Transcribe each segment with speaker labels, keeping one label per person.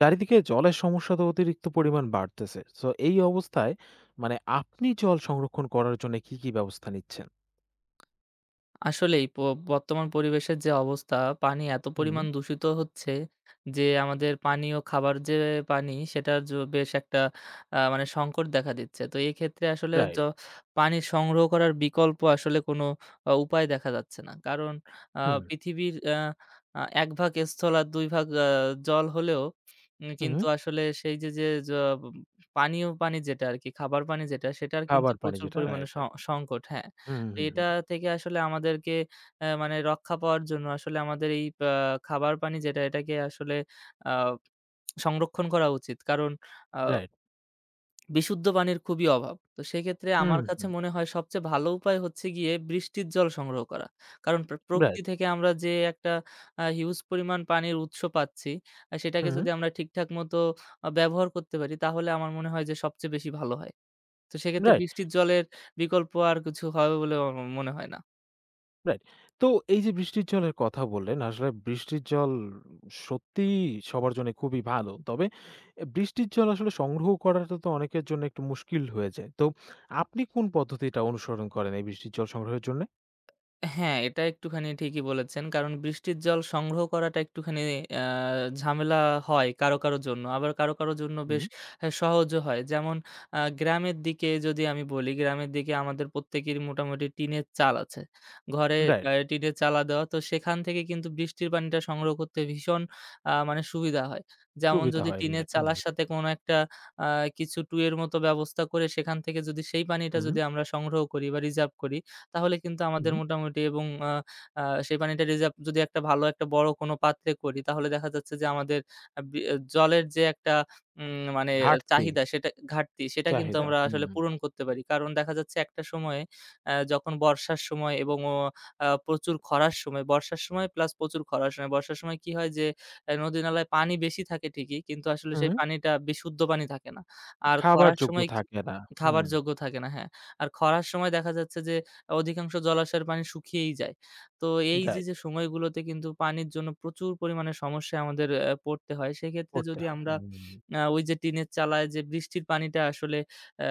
Speaker 1: চারিদিকে জলের সমস্যা তো অতিরিক্ত পরিমাণ বাড়তেছে। সো এই অবস্থায় মানে আপনি জল সংরক্ষণ করার জন্য কি, কি ব্যবস্থা নিচ্ছেন?
Speaker 2: আসলেই প বর্তমান পরিবেশের যে অবস্থা, পানি এত
Speaker 1: হুম,
Speaker 2: পরিমাণ দূষিত হচ্ছে যে আমাদের পানীয় খাবার যে পানি সেটার বেশ একটা আ মানে সংকট দেখা দিচ্ছে। তো এই ক্ষেত্রে আসলে
Speaker 1: রাইট।
Speaker 2: পানি সংগ্রহ করার বিকল্প আসলে কোনো উপায় দেখা যাচ্ছে না। কারণ
Speaker 1: হুম,
Speaker 2: পৃথিবীর আ আ ১ ভাগ স্থল আর ২ ভাগ জল হলেও কিন্তু
Speaker 1: হুম।
Speaker 2: আসলে সেই যে পানীয় পানি যেটা আরকি, খাবার পানি যেটা সেটার কিন্তু
Speaker 1: খাবার পানি
Speaker 2: প্রচুর
Speaker 1: যেটা
Speaker 2: পরিমাণে
Speaker 1: রাইট, রাইট।
Speaker 2: সংকট। হ্যাঁ।
Speaker 1: হুম, হুম,
Speaker 2: এটা
Speaker 1: হুম।
Speaker 2: থেকে আসলে আমাদেরকে অ্যা মানে রক্ষা পাওয়ার জন্য আসলে আমাদের এই পা খাবার পানি যেটা এটাকে আসলে আ সংরক্ষণ করা উচিত। কারণ আ
Speaker 1: রাইট।
Speaker 2: বিশুদ্ধ পানির খুবই অভাব। তো সেক্ষেত্রে আমার
Speaker 1: হুম,
Speaker 2: কাছে
Speaker 1: হুম।
Speaker 2: মনে হয় সবচেয়ে ভালো উপায় হচ্ছে গিয়ে বৃষ্টির জল সংগ্রহ করা। কারণ প্রকৃতি
Speaker 1: রাইট।
Speaker 2: থেকে আমরা যে একটা হিউজ পরিমাণ পানির উৎস পাচ্ছি, সেটাকে
Speaker 1: হুম,
Speaker 2: যদি আমরা ঠিকঠাক মতো ব্যবহার করতে পারি তাহলে আমার মনে হয় যে সবচেয়ে বেশি ভালো হয়। তো সেক্ষেত্রে
Speaker 1: রাইট,
Speaker 2: বৃষ্টির জলের বিকল্প আর কিছু হবে বলে আমার মনে হয় না।
Speaker 1: রাইট। তো এই যে বৃষ্টির জলের কথা বললেন, আসলে বৃষ্টির জল সত্যিই সবার জন্য খুবই ভালো। তবে বৃষ্টির জল আসলে সংগ্রহ করাটা তো অনেকের জন্য একটু মুশকিল হয়ে যায়। তো আপনি কোন পদ্ধতিটা অনুসরণ করেন এই বৃষ্টির জল সংগ্রহের জন্যে?
Speaker 2: হ্যাঁ, এটা একটুখানি ঠিকই বলেছেন। কারণ বৃষ্টির জল সংগ্রহ করাটা একটুখানি আ ঝামেলা হয় কারো, কারো জন্য। আবার কারো, কারো জন্য বেশ
Speaker 1: হুম,
Speaker 2: সহজও হয়। যেমন গ্রামের দিকে যদি আমি বলি, গ্রামের দিকে আমাদের প্রত্যেকেরই মোটামুটি টিনের চাল আছে। ঘরে
Speaker 1: রাইট।
Speaker 2: টিনের চালা দেওয়া। তো সেখান থেকে কিন্তু বৃষ্টির পানিটা সংগ্রহ করতে ভীষণ আ মানে সুবিধা হয়। যেমন
Speaker 1: সুবিধা
Speaker 2: যদি
Speaker 1: হয়।
Speaker 2: টিনের
Speaker 1: রাইট।
Speaker 2: চালার সাথে কোনো একটা আ কিছু টুয়ের মতো ব্যবস্থা করে সেখান থেকে যদি সেই পানিটা
Speaker 1: হুম,
Speaker 2: যদি আমরা সংগ্রহ করি বা রিজার্ভ করি তাহলে কিন্তু
Speaker 1: হুম,
Speaker 2: আমাদের
Speaker 1: হুম।
Speaker 2: মোটামুটি এবং আ আ সেই পানিটা রিজার্ভ যদি একটা ভালো একটা বড় কোনো পাত্রে করি তাহলে দেখা যাচ্ছে যে আমাদের জলের যে একটা উম মানে
Speaker 1: ঘাটতি,
Speaker 2: চাহিদা সেটা ঘাটতি সেটা কিন্তু
Speaker 1: চাহিদা।
Speaker 2: আমরা
Speaker 1: হুম,
Speaker 2: আসলে পূরণ করতে পারি। কারণ দেখা যাচ্ছে একটা সময়ে যখন বর্ষার সময় এবং ও আ প্রচুর খরার সময়, বর্ষার সময় প্লাস প্রচুর খরার সময়। বর্ষার সময় কি হয় যে নদী-নালায় পানি বেশি থাকে ঠিকই কিন্তু আসলে সেই
Speaker 1: হুম।
Speaker 2: পানিটা বিশুদ্ধ পানি থাকে না। আর
Speaker 1: খাবার
Speaker 2: খরার
Speaker 1: যোগ্য
Speaker 2: সময় কি
Speaker 1: থাকে না।
Speaker 2: খাবার
Speaker 1: হুম,
Speaker 2: যোগ্য থাকে না হ্যাঁ। আর খরার সময় দেখা যাচ্ছে যে অধিকাংশ জলাশয়ের পানি শুকিয়েই যায়। তো এই যে,
Speaker 1: রাইট।
Speaker 2: যে সময়গুলোতে কিন্তু পানির জন্য প্রচুর পরিমাণে সমস্যায় আমাদের পড়তে হয়। সেক্ষেত্রে
Speaker 1: করতে
Speaker 2: যদি
Speaker 1: হয়।
Speaker 2: আমরা
Speaker 1: হুম,
Speaker 2: ওই যে টিনের চালায় যে বৃষ্টির পানিটা আসলে অ্যা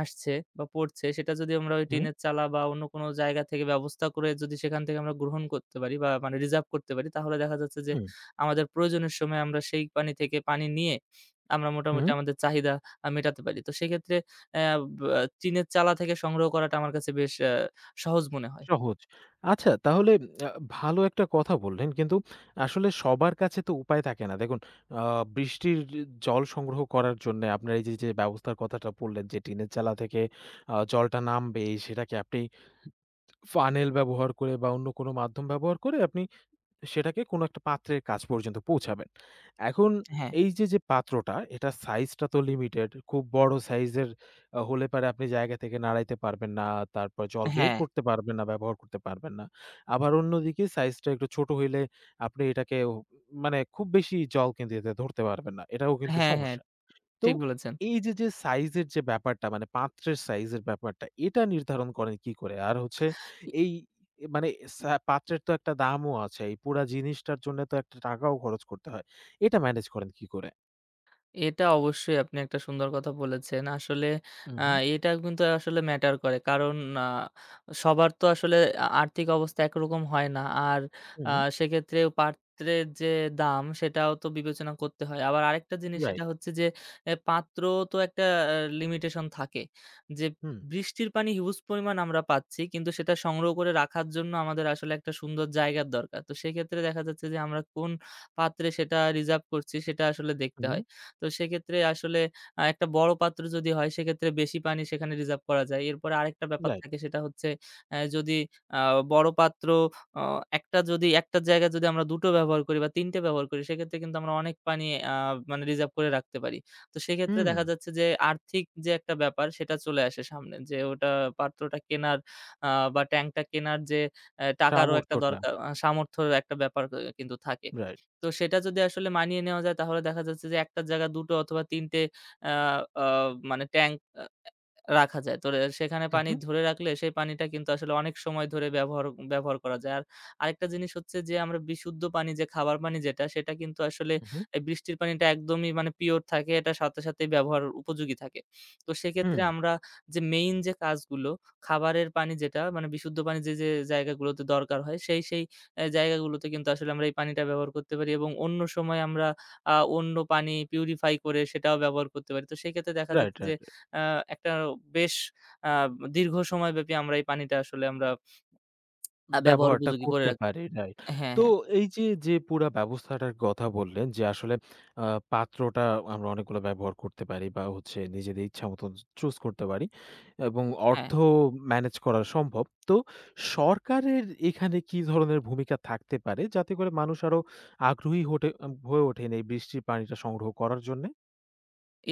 Speaker 2: আসছে বা পড়ছে সেটা যদি আমরা ওই
Speaker 1: হুম,
Speaker 2: টিনের চালা বা অন্য কোনো জায়গা থেকে ব্যবস্থা করে যদি সেখান থেকে আমরা গ্রহণ করতে পারি বা মানে রিজার্ভ করতে পারি তাহলে দেখা যাচ্ছে যে
Speaker 1: হুম,
Speaker 2: আমাদের প্রয়োজনের সময় আমরা সেই পানি থেকে পানি নিয়ে আমরা মোটামুটি
Speaker 1: হুম।
Speaker 2: আমাদের চাহিদা মেটাতে পারি। তো সেক্ষেত্রে অ্যা ব টিনের চালা থেকে সংগ্রহ করাটা আমার কাছে বেশ সহজ মনে হয়।
Speaker 1: সহজ। আচ্ছা তাহলে আ ভালো একটা কথা বললেন। কিন্তু আসলে সবার কাছে তো উপায় থাকে না। দেখুন আ বৃষ্টির জল সংগ্রহ করার জন্যে আপনার এই যে ব্যবস্থার কথাটা বললেন যে টিনের চালা থেকে জলটা নামবে সেটাকে আপনি ফানেল ব্যবহার করে বা অন্য কোনো মাধ্যম ব্যবহার করে আপনি সেটাকে কোনো একটা পাত্রের কাছ পর্যন্ত পৌঁছাবেন। এখন
Speaker 2: হ্যাঁ,
Speaker 1: এই যে পাত্রটা এটার সাইজটা তো লিমিটেড। খুব বড় সাইজের হলে পারে আপনি জায়গা থেকে নাড়াইতে পারবেন না। তারপর জল বের
Speaker 2: হ্যাঁ,
Speaker 1: করতে পারবেন না, ব্যবহার করতে পারবেন না। আবার অন্যদিকে সাইজটা একটু ছোট হইলে আপনি এটাকে মানে খুব বেশি জল কিন্তু এতে ধরতে পারবেন না। এটাও কিন্তু
Speaker 2: হ্যাঁ, হ্যাঁ,
Speaker 1: সমস্যা। তো
Speaker 2: ঠিক বলেছেন।
Speaker 1: এই যে সাইজের যে ব্যাপারটা মানে পাত্রের সাইজের ব্যাপারটা এটা নির্ধারণ করেন কি করে? আর হচ্ছে এই মানে পাত্রের তো একটা দামও আছে। এই পুরা জিনিসটার জন্য তো একটা টাকাও খরচ করতে হয়। এটা ম্যানেজ করেন কি করে?
Speaker 2: এটা অবশ্যই আপনি একটা সুন্দর কথা বলেছেন। আসলে
Speaker 1: হুম,
Speaker 2: আ
Speaker 1: right,
Speaker 2: এটা কিন্তু আসলে ম্যাটার করে। কারণ আ সবার তো আসলে আর্থিক অবস্থা একরকম হয় না। আর আ
Speaker 1: হুম।
Speaker 2: সেক্ষেত্রে পাত্রের যে দাম সেটাও তো বিবেচনা করতে হয়। আবার আরেকটা জিনিস
Speaker 1: হুম,
Speaker 2: সেটা
Speaker 1: রাইট।
Speaker 2: হচ্ছে যে পাত্র তো একটা আ লিমিটেশন থাকে। যে
Speaker 1: হুম,
Speaker 2: বৃষ্টির পানি হিউজ পরিমাণ আমরা পাচ্ছি। কিন্তু সেটা সংগ্রহ করে রাখার জন্য আমাদের আসলে একটা সুন্দর জায়গার দরকার। তো সেক্ষেত্রে দেখা যাচ্ছে যে আমরা কোন পাত্রে সেটা রিজার্ভ করছি সেটা আসলে দেখতে
Speaker 1: হুম,
Speaker 2: হয়। তো সেক্ষেত্রে আসলে একটা বড় পাত্র যদি হয় সেক্ষেত্রে বেশি পানি সেখানে রিজার্ভ করা যায়। এরপরে আরেকটা ব্যাপার
Speaker 1: রাইট।
Speaker 2: থাকে সেটা হচ্ছে যদি আ বড় পাত্র অ একটা যদি একটা জায়গায় যদি আমরা ২ টো ব্যবহার করি বা ৩ টে ব্যবহার করি সেক্ষেত্রে কিন্তু আমরা অনেক পানি আ মানে রিজার্ভ করে রাখতে পারি। তো সেক্ষেত্রে
Speaker 1: হুম,
Speaker 2: দেখা যাচ্ছে যে আর্থিক যে একটা ব্যাপার সেটা চলে আসে সামনে। যে ওটা পাত্রটা কেনার আ বা ট্যাংকটা কেনার যে টাকারও একটা
Speaker 1: সামর্থ্যটা।
Speaker 2: দরকার সামর্থ্যের একটা ব্যাপার কিন্তু থাকে।
Speaker 1: রাইট।
Speaker 2: তো সেটা যদি আসলে মানিয়ে নেওয়া যায় তাহলে দেখা যাচ্ছে যে ১ টার জায়গায় ২ টো অথবা ৩ টে আ আ মানে ট্যাংক আ রাখা যায়। তো সেখানে পানি
Speaker 1: উহু,
Speaker 2: ধরে রাখলে সেই পানিটা কিন্তু আসলে অনেক সময় ধরে ব্যবহার ব্যবহার করা যায়। আর আরেকটা জিনিস হচ্ছে যে আমরা বিশুদ্ধ পানি যে খাবার পানি যেটা সেটা কিন্তু আসলে
Speaker 1: উহু,
Speaker 2: এই বৃষ্টির পানিটা একদমই মানে পিওর থাকে এটা সাথে সাথেই ব্যবহার উপযোগী থাকে। তো সেক্ষেত্রে
Speaker 1: হুম,
Speaker 2: আমরা যে মেইন যে কাজগুলো খাবারের পানি যেটা মানে বিশুদ্ধ পানি যে, যে জায়গাগুলোতে দরকার হয় সেই জায়গাগুলোতে কিন্তু আসলে আমরা এই পানিটা ব্যবহার করতে পারি এবং অন্য সময় আমরা অন্য পানি পিউরিফাই করে সেটাও ব্যবহার করতে পারি। তো সেক্ষেত্রে দেখা
Speaker 1: রাইট,
Speaker 2: যাচ্ছে যে
Speaker 1: রাইট।
Speaker 2: আ একটা বেশ আ দীর্ঘ সময়ব্যাপী আমরা এই পানিটা আসলে আমরা ব্যবহার
Speaker 1: ব্যবহারটা
Speaker 2: উপযোগী করে
Speaker 1: করতে পারি, রাইট।
Speaker 2: হ্যাঁ,
Speaker 1: তো
Speaker 2: হ্যাঁ,
Speaker 1: এই যে পুরা ব্যবস্থাটার কথা বললেন যে, আসলে আ পাত্রটা আমরা অনেকগুলো ব্যবহার করতে পারি বা হচ্ছে নিজেদের ইচ্ছামত চুজ করতে পারি এবং
Speaker 2: হ্যাঁ।
Speaker 1: অর্থ ম্যানেজ করা সম্ভব। তো সরকারের এখানে কি ধরনের ভূমিকা থাকতে পারে যাতে করে মানুষ আরো আগ্রহী হটে আ হয়ে ওঠেন এই বৃষ্টির পানিটা সংগ্রহ করার জন্যে?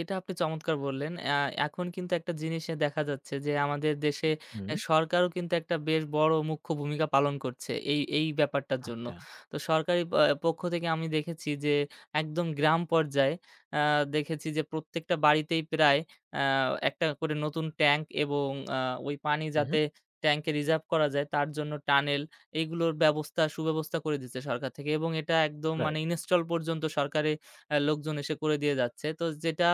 Speaker 2: এটা আপনি চমৎকার বললেন। এখন কিন্তু একটা জিনিসে দেখা যাচ্ছে যে আমাদের দেশে
Speaker 1: হুম,
Speaker 2: সরকারও কিন্তু একটা বেশ বড় মুখ্য ভূমিকা পালন করছে এই ব্যাপারটার জন্য।
Speaker 1: আচ্ছা।
Speaker 2: তো সরকারি পক্ষ থেকে আমি দেখেছি যে একদম গ্রাম পর্যায়ে আ দেখেছি যে প্রত্যেকটা বাড়িতেই প্রায় আ একটা করে নতুন ট্যাঙ্ক এবং আ ওই পানি
Speaker 1: উহু,
Speaker 2: যাতে ট্যাঙ্কে রিজার্ভ করা যায় তার জন্য টানেল, এইগুলোর ব্যবস্থা সুব্যবস্থা করে দিচ্ছে সরকার থেকে এবং এটা একদম মানে
Speaker 1: রাইট।
Speaker 2: ইনস্টল পর্যন্ত সরকারে লোকজন এসে করে দিয়ে যাচ্ছে। তো যেটা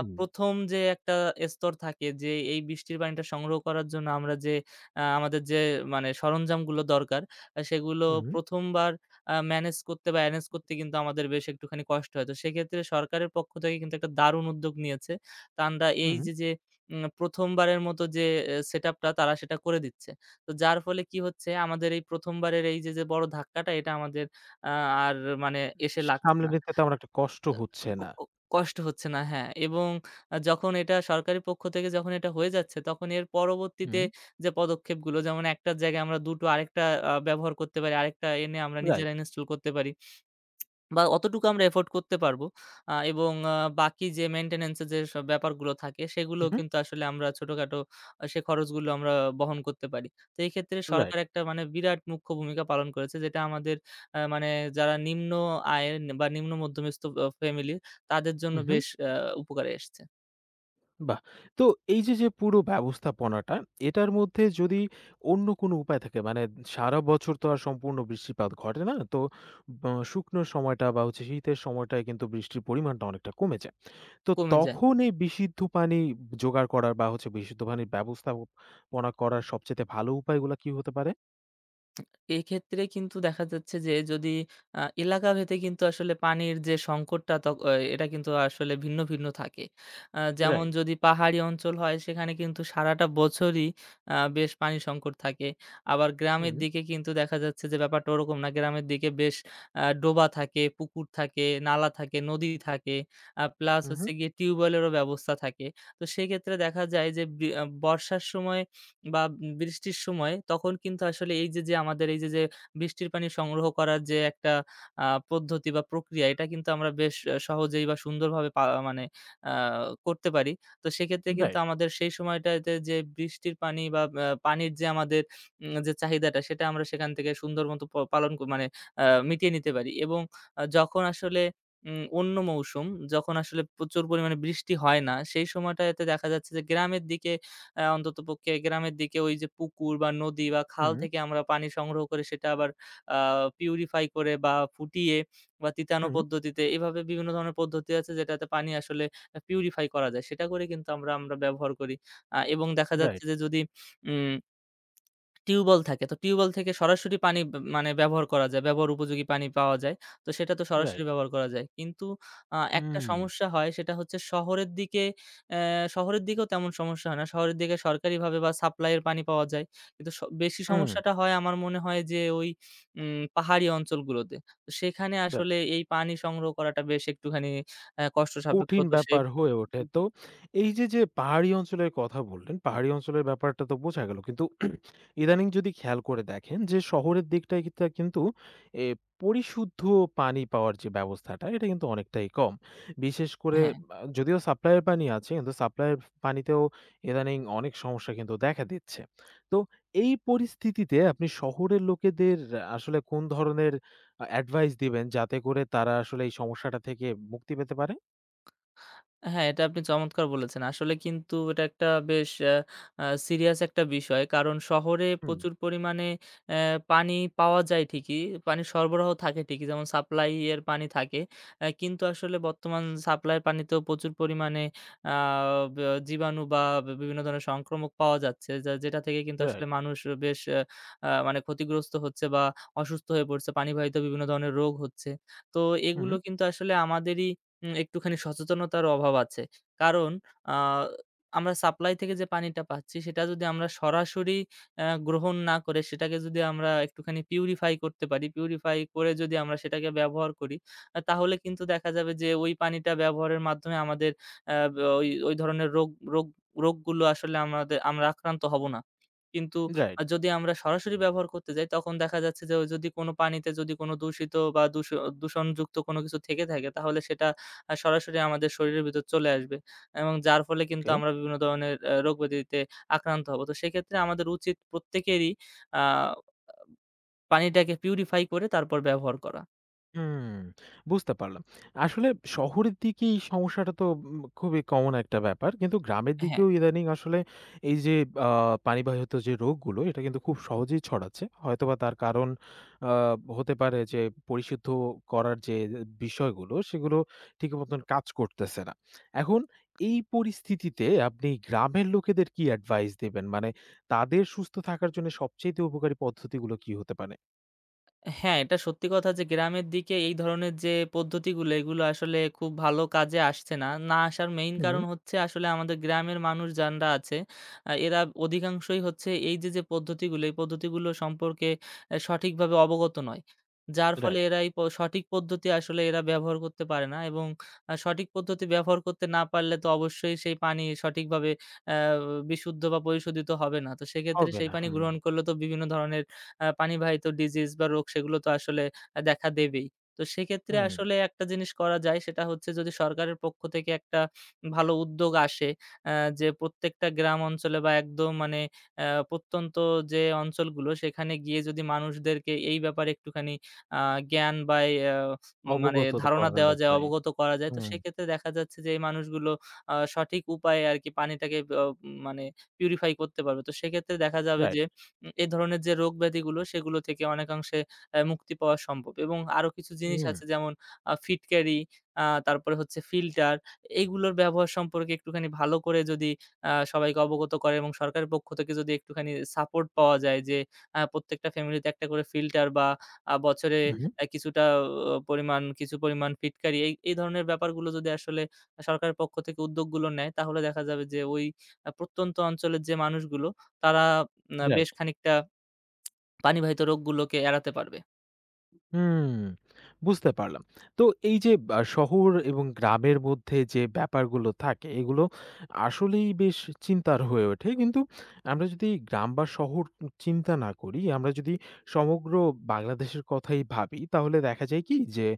Speaker 2: ১ম যে একটা স্তর থাকে যে এই বৃষ্টির পানিটা সংগ্রহ করার জন্য আমরা যে আমাদের যে মানে সরঞ্জামগুলো দরকার সেগুলো
Speaker 1: হুম,
Speaker 2: ১ম বার ম্যানেজ করতে বা এরেঞ্জ করতে কিন্তু আমাদের বেশ একটুখানি কষ্ট হয়। তো সেক্ষেত্রে সরকারের পক্ষ থেকে কিন্তু একটা দারুণ উদ্যোগ নিয়েছে। তানরা এই
Speaker 1: হুম।
Speaker 2: যে ১ম বারের মতো যে সেটআপটা তারা সেটা করে দিচ্ছে। তো যার ফলে কি হচ্ছে আমাদের এই ১ম বারের এই যে বড় ধাক্কাটা এটা আমাদের আ আর মানে এসে লাগছে
Speaker 1: সামলে
Speaker 2: না।
Speaker 1: নিতে তেমন একটা কষ্ট হচ্ছে
Speaker 2: ক
Speaker 1: না।
Speaker 2: ক কষ্ট হচ্ছে না, হ্যাঁ। এবং যখন এটা সরকারের পক্ষ থেকে যখন এটা হয়ে যাচ্ছে, তখন এর পরবর্তীতে
Speaker 1: হুম,
Speaker 2: যে পদক্ষেপগুলো, যেমন একটার জায়গায় আমরা দুটো আরেকটা ব্যবহার করতে পারি, আরেকটা এনে আমরা
Speaker 1: রাইট।
Speaker 2: নিজেরা ইনস্টল করতে পারি। বা অতটুকু আমরা এফোর্ড করতে পারবো। এবং বাকি যে মেইনটেন্যান্স এর যেসব ব্যাপারগুলো থাকে সেগুলো
Speaker 1: উহু।
Speaker 2: কিন্তু আসলে আমরা ছোটখাটো সে খরচগুলো আমরা বহন করতে পারি। তো এই ক্ষেত্রে
Speaker 1: রাইট।
Speaker 2: সরকার একটা মানে বিরাট মুখ্য ভূমিকা পালন করেছে যেটা আমাদের আ মানে যারা নিম্ন আয়ের বা নিম্ন মধ্যবিত্ত ফ্যামিলি তাদের জন্য
Speaker 1: হু, হু।
Speaker 2: বেশ উপকারে এসছে।
Speaker 1: বাহ! তো এই যে পুরো ব্যবস্থাপনাটা, এটার মধ্যে যদি অন্য কোনো উপায় থাকে, মানে সারা বছর তো আর সম্পূর্ণ বৃষ্টিপাত ঘটে না। তো ব শুকনো সময়টা বা হচ্ছে শীতের সময়টায় কিন্তু বৃষ্টির পরিমাণটা অনেকটা কমে যায়। তো
Speaker 2: কমে যায়।
Speaker 1: তখন এই বিশুদ্ধ পানি জোগাড় করার বা হচ্ছে বিশুদ্ধ পানির ব্যবস্থাপনা করার সবচাইতে ভালো উপায়গুলা কি হতে পারে?
Speaker 2: এক্ষেত্রে কিন্তু দেখা যাচ্ছে যে যদি এলাকা ভেদে কিন্তু আসলে পানির যে সংকটটা তক অ এটা কিন্তু আসলে ভিন্ন, ভিন্ন থাকে। যেমন
Speaker 1: রাইট।
Speaker 2: যদি পাহাড়ি অঞ্চল হয় সেখানে কিন্তু সারাটা বছরই বেশ পানি সংকট থাকে। আবার গ্রামের
Speaker 1: হুম,
Speaker 2: দিকে কিন্তু দেখা যাচ্ছে যে ব্যাপারটা ওরকম না। গ্রামের দিকে বেশ ডোবা থাকে, পুকুর থাকে, নালা থাকে, নদী থাকে। প্লাস
Speaker 1: হু, হু।
Speaker 2: হচ্ছে গিয়ে টিউবওয়েলেরও ব্যবস্থা থাকে। তো সেক্ষেত্রে দেখা যায় যে বি আ বর্ষার সময় বা বৃষ্টির সময় তখন কিন্তু আসলে এই যে, যে আমাদের এই যে, যে বৃষ্টির পানি সংগ্রহ করার যে একটা পদ্ধতি বা প্রক্রিয়া এটা কিন্তু আমরা বেশ সহজেই বা সুন্দরভাবে পা মানে আ করতে পারি। তো সেক্ষেত্রে কিন্তু
Speaker 1: রাইট।
Speaker 2: আমাদের সেই সময়টাতে যে বৃষ্টির পানি বা পানির যে আমাদের যে চাহিদাটা সেটা আমরা সেখান থেকে সুন্দর মতো প পালন ক মানে আ মিটিয়ে নিতে পারি এবং যখন আসলে অন্য মৌসুম যখন আসলে প্রচুর পরিমাণে বৃষ্টি হয় না সেই সময়টাতে দেখা যাচ্ছে যে গ্রামের দিকে অন্ততপক্ষে গ্রামের দিকে ওই যে পুকুর বা নদী বা
Speaker 1: হুম,
Speaker 2: খাল
Speaker 1: হুম।
Speaker 2: থেকে আমরা পানি সংগ্রহ করে সেটা আবার আ পিউরিফাই করে বা ফুটিয়ে বা তিতানো পদ্ধতিতে, এভাবে বিভিন্ন ধরনের পদ্ধতি আছে যেটাতে পানি আসলে পিউরিফাই করা যায়। সেটা করে কিন্তু আমরা ব্যবহার করি। এবং দেখা যাচ্ছে
Speaker 1: রাইট,
Speaker 2: যে যদি উম টিউবওয়েল থাকে। তো টিউবওয়েল থেকে সরাসরি পানি ব মানে ব্যবহার করা যায়। ব্যবহার উপযোগী পানি পাওয়া যায়। তো সেটা তো সরাসরি
Speaker 1: রাইট।
Speaker 2: ব্যবহার করা যায়। কিন্তু একটা
Speaker 1: হুম,
Speaker 2: সমস্যা হয় সেটা হচ্ছে শহরের দিকে অ্যা শহরের দিকেও তেমন সমস্যা হয় না। শহরের দিকে সরকারিভাবে বা সাপ্লাই এর পানি পাওয়া যায়। কিন্তু বেশি
Speaker 1: হুম।
Speaker 2: সমস্যাটা হয় আমার মনে হয় যে ওই পাহাড়ি অঞ্চলগুলোতে। তো সেখানে
Speaker 1: রাইট।
Speaker 2: আসলে এই পানি সংগ্রহ করাটা বেশ একটুখানি কষ্টসাপেক্ষ।
Speaker 1: কঠিন
Speaker 2: তো সে
Speaker 1: ব্যাপার হয়ে ওঠে। তো এই যে পাহাড়ি অঞ্চলের কথা বললেন, পাহাড়ি অঞ্চলের ব্যাপারটা তো বোঝা গেল। কিন্তু ইদানিং যদি খেয়াল করে দেখেন যে শহরের দিকটায় কিতা কিন্তু এ পরিশুদ্ধ পানি পাওয়ার যে ব্যবস্থাটা, এটা কিন্তু অনেকটাই কম। বিশেষ করে
Speaker 2: হ্যাঁ।
Speaker 1: যদিও সাপ্লাইয়ের পানি আছে, কিন্তু সাপ্লাইয়ের পানিতেও ইদানিং অনেক সমস্যা কিন্তু দেখা দিচ্ছে। তো এই পরিস্থিতিতে আপনি শহরের লোকেদের আসলে কোন ধরনের অ্যাডভাইস দিবেন যাতে করে তারা আসলে এই সমস্যাটা থেকে মুক্তি পেতে পারে?
Speaker 2: হ্যাঁ, এটা আপনি চমৎকার বলেছেন। আসলে কিন্তু এটা একটা বেশ আ আ সিরিয়াস একটা বিষয়। কারণ শহরে
Speaker 1: হুম।
Speaker 2: প্রচুর পরিমাণে অ্যা পানি পাওয়া যায় ঠিকই, পানির সরবরাহ থাকে ঠিকই। যেমন সাপ্লাই এর পানি থাকে। কিন্তু আসলে বর্তমান সাপ্লাই পানিতেও প্রচুর পরিমাণে আ ব জীবাণু বা বিভিন্ন ধরনের সংক্রামক পাওয়া যাচ্ছে। যেটা থেকে কিন্তু আসলে
Speaker 1: রাইট।
Speaker 2: মানুষ বেশ আ আ মানে ক্ষতিগ্রস্ত হচ্ছে বা অসুস্থ হয়ে পড়ছে। পানিবাহিত বিভিন্ন ধরনের রোগ হচ্ছে। তো
Speaker 1: হুম,
Speaker 2: এগুলো কিন্তু আসলে আমাদেরই একটুখানি সচেতনতার অভাব আছে। কারণ আ আমরা সাপ্লাই থেকে যে পানিটা পাচ্ছি সেটা যদি আমরা সরাসরি গ্রহণ না করে সেটাকে যদি আমরা একটুখানি পিউরিফাই করতে পারি, পিউরিফাই করে যদি আমরা সেটাকে ব্যবহার করি, তাহলে কিন্তু দেখা যাবে যে ওই পানিটা ব্যবহারের মাধ্যমে আমাদের আ ওই ওই ধরনের রোগ রোগ রোগগুলো আসলে আমাদের আমরা আক্রান্ত হব না। কিন্তু
Speaker 1: রাইট।
Speaker 2: যদি আমরা সরাসরি ব্যবহার করতে যাই তখন দেখা যাচ্ছে যে ওই যদি কোনো পানিতে যদি কোনো দূষিত বা দূষণযুক্ত কোনো কিছু থেকে থাকে তাহলে সেটা সরাসরি আমাদের শরীরের ভিতর চলে আসবে এবং যার ফলে কিন্তু
Speaker 1: ওকে।
Speaker 2: আমরা বিভিন্ন ধরনের রোগ-ব্যাধিতে আক্রান্ত হব। তো সেক্ষেত্রে আমাদের উচিত প্রত্যেকেরই আ পানিটাকে পিউরিফাই করে তারপর ব্যবহার করা।
Speaker 1: হুম, বুঝতে পারলাম। আসলে শহরের দিকে এই সমস্যাটা তো খুবই কমন একটা ব্যাপার। কিন্তু গ্রামের
Speaker 2: হ্যাঁ।
Speaker 1: দিকেও ইদানিং আসলে এই যে আ পানিবাহিত যে রোগগুলো, এটা কিন্তু খুব সহজেই ছড়াচ্ছে। হয়তোবা তার কারণ আ হতে পারে যে পরিশুদ্ধ করার যে বিষয়গুলো, সেগুলো ঠিক মতন কাজ করতেছে না। এখন এই পরিস্থিতিতে আপনি গ্রামের লোকেদের কি অ্যাডভাইস দিবেন? মানে তাদের সুস্থ থাকার জন্য সবচাইতে উপকারী পদ্ধতিগুলো কি হতে পারে?
Speaker 2: হ্যাঁ, এটা সত্যি কথা যে গ্রামের দিকে এই ধরনের যে পদ্ধতিগুলো এগুলো আসলে খুব ভালো কাজে আসছে না। না আসার মেইন
Speaker 1: হুম।
Speaker 2: কারণ হচ্ছে আসলে আমাদের গ্রামের মানুষ যানরা আছে, এরা অধিকাংশই হচ্ছে এই যে, যে পদ্ধতিগুলো এই পদ্ধতিগুলো সম্পর্কে সঠিকভাবে অবগত নয়। যার ফলে
Speaker 1: রাইট।
Speaker 2: এরা এই সঠিক পদ্ধতি আসলে এরা ব্যবহার করতে পারে না এবং সঠিক পদ্ধতি ব্যবহার করতে না পারলে তো অবশ্যই সেই পানি সঠিকভাবে অ্যা বিশুদ্ধ বা পরিশোধিত হবে না। তো সেক্ষেত্রে
Speaker 1: হবে
Speaker 2: সেই
Speaker 1: না।
Speaker 2: পানি
Speaker 1: হুম,
Speaker 2: গ্রহণ করলে তো বিভিন্ন ধরনের পানিবাহিত ডিজিজ বা রোগ সেগুলো তো আসলে দেখা দেবেই। তো সেক্ষেত্রে
Speaker 1: হুম।
Speaker 2: আসলে একটা জিনিস করা যায় সেটা হচ্ছে যদি সরকারের পক্ষ থেকে একটা ভালো উদ্যোগ আসে, আ যে প্রত্যেকটা গ্রাম অঞ্চলে বা একদম মানে আ প্রত্যন্ত যে অঞ্চলগুলো সেখানে গিয়ে যদি মানুষদেরকে এই ব্যাপারে একটুখানি আ জ্ঞান বা এই আ মানে
Speaker 1: অবগত তো
Speaker 2: ধারণা
Speaker 1: করানো
Speaker 2: দেওয়া যায়,
Speaker 1: যায়।
Speaker 2: অবগত করা যায়। তো
Speaker 1: হুম,
Speaker 2: সেক্ষেত্রে দেখা যাচ্ছে যে এই মানুষগুলো সঠিক উপায়ে আরকি পানিটাকে ব মানে পিউরিফাই করতে পারবে। তো সেক্ষেত্রে দেখা যাবে
Speaker 1: রাইট।
Speaker 2: যে এ ধরনের যে রোগ ব্যাধিগুলো সেগুলো থেকে অনেকাংশে মুক্তি পাওয়া সম্ভব এবং আরো কিছু জিনিস
Speaker 1: হুম,
Speaker 2: আছে, যেমন ফিট ক্যারি, তারপরে হচ্ছে ফিল্টার, এইগুলোর ব্যবহার সম্পর্কে একটুখানি ভালো করে যদি সবাইকে অবগত করে এবং সরকারের পক্ষ থেকে যদি একটুখানি সাপোর্ট পাওয়া যায় যে প্রত্যেকটা ফ্যামিলিতে একটা করে ফিল্টার বা বছরে
Speaker 1: হুম।
Speaker 2: আ কিছুটা অ পরিমাণ কিছু পরিমাণ ফিট ক্যারি এই ধরনের ব্যাপারগুলো যদি আসলে সরকারের পক্ষ থেকে উদ্যোগগুলো নেয় তাহলে দেখা যাবে যে ওই প্রত্যন্ত অঞ্চলের যে মানুষগুলো তারা বেশ
Speaker 1: রাইট।
Speaker 2: খানিকটা পানিবাহিত রোগগুলোকে এড়াতে পারবে।
Speaker 1: হুম, বুঝতে পারলাম। তো এই যে শহর এবং গ্রামের মধ্যে যে ব্যাপারগুলো থাকে এগুলো আসলেই বেশ চিন্তার হয়ে ওঠে। কিন্তু আমরা যদি গ্রাম বা শহর চিন্তা না করি, আমরা যদি সমগ্র বাংলাদেশের কথাই ভাবি তাহলে দেখা যায় কি যে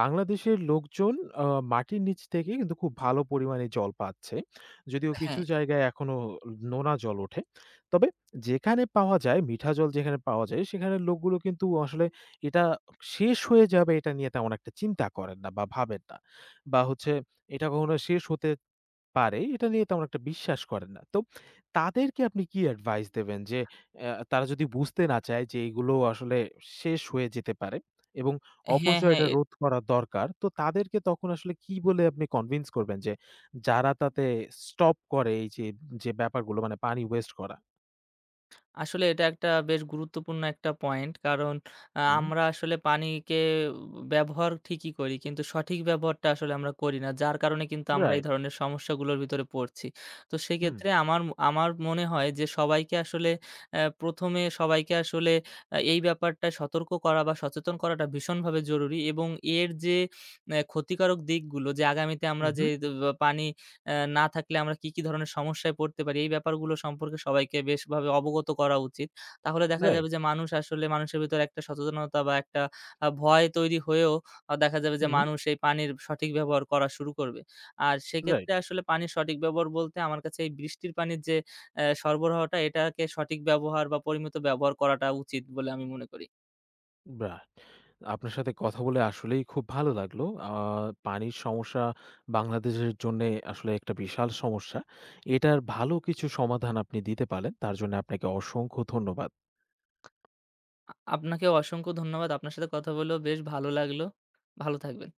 Speaker 1: বাংলাদেশের লোকজন আ মাটির নিচ থেকে কিন্তু খুব ভালো পরিমাণে জল পাচ্ছে। যদিও কিছু
Speaker 2: হ্যাঁ।
Speaker 1: জায়গায় এখনো নোনা জল ওঠে। তবে যেখানে পাওয়া যায় মিঠা জল যেখানে পাওয়া যায় সেখানের লোকগুলো কিন্তু আসলে এটা শেষ হয়ে যাবে এটা নিয়ে তেমন একটা চিন্তা করেন না বা ভাবেন না। বা হচ্ছে এটা কখনো শেষ হতে পারে এটা নিয়ে তেমন একটা বিশ্বাস করেন না। তো তাদেরকে আপনি কি অ্যাডভাইস দেবেন যে তারা যদি বুঝতে না চায় যে এগুলো আসলে শেষ হয়ে যেতে পারে এবং
Speaker 2: হ্যাঁ, হ্যাঁ।
Speaker 1: অপচয়টা
Speaker 2: এ
Speaker 1: রোধ করা দরকার। তো তাদেরকে তখন আসলে কি বলে আপনি কনভিন্স করবেন যে যারা তাতে স্টপ করে এই যে ব্যাপারগুলো মানে পানি ওয়েস্ট করা?
Speaker 2: আসলে এটা একটা বেশ গুরুত্বপূর্ণ একটা পয়েন্ট। কারণ
Speaker 1: হুম,
Speaker 2: আমরা আসলে পানিকে ব্যবহার ঠিকই করি। কিন্তু সঠিক ব্যবহারটা আসলে আমরা করি না। যার কারণে কিন্তু আমরা এই
Speaker 1: রাইট।
Speaker 2: ধরনের সমস্যাগুলোর ভিতরে পড়ছি। তো
Speaker 1: হুম,
Speaker 2: সেক্ষেত্রে আমার মনে হয় যে সবাইকে আসলে ১ম সবাইকে আসলে এই ব্যাপারটায় সতর্ক করা বা সচেতন করাটা ভীষণভাবে জরুরি এবং এর যে ক্ষতিকারক দিকগুলো যে আগামীতে আমরা যে
Speaker 1: উহু,
Speaker 2: দ পানি না থাকলে আমরা কি, কি ধরনের সমস্যায় পড়তে পারি? এই ব্যাপারগুলো সম্পর্কে সবাইকে বেশভাবে অবগত করা উচিত। তাহলে দেখা
Speaker 1: রাইট।
Speaker 2: যাবে যে মানুষ আসলে মানুষের ভেতরে একটা সচেতনতা বা একটা ভয় তৈরি হয়েও দেখা যাবে যে
Speaker 1: হুম,
Speaker 2: মানুষ এই পানির সঠিক ব্যবহার করা শুরু করবে। আর সেক্ষেত্রে
Speaker 1: রাইট।
Speaker 2: আসলে পানির সঠিক ব্যবহার বলতে আমার কাছে এই বৃষ্টির পানির যে সরবরাহটা এটাকে সঠিক ব্যবহার বা পরিমিত ব্যবহার করাটা উচিত বলে আমি মনে করি।
Speaker 1: বাহ! আপনার সাথে কথা বলে আসলেই খুব ভালো লাগলো। আ পানির সমস্যা বাংলাদেশের জন্যে আসলে একটা বিশাল সমস্যা। এটার ভালো কিছু সমাধান আপনি দিতে পারেন। তার জন্য আপনাকে অসংখ্য ধন্যবাদ।
Speaker 2: আপনাকেও অসংখ্য ধন্যবাদ। আপনার সাথে কথা বলেও বেশ ভালো লাগলো। ভালো থাকবেন।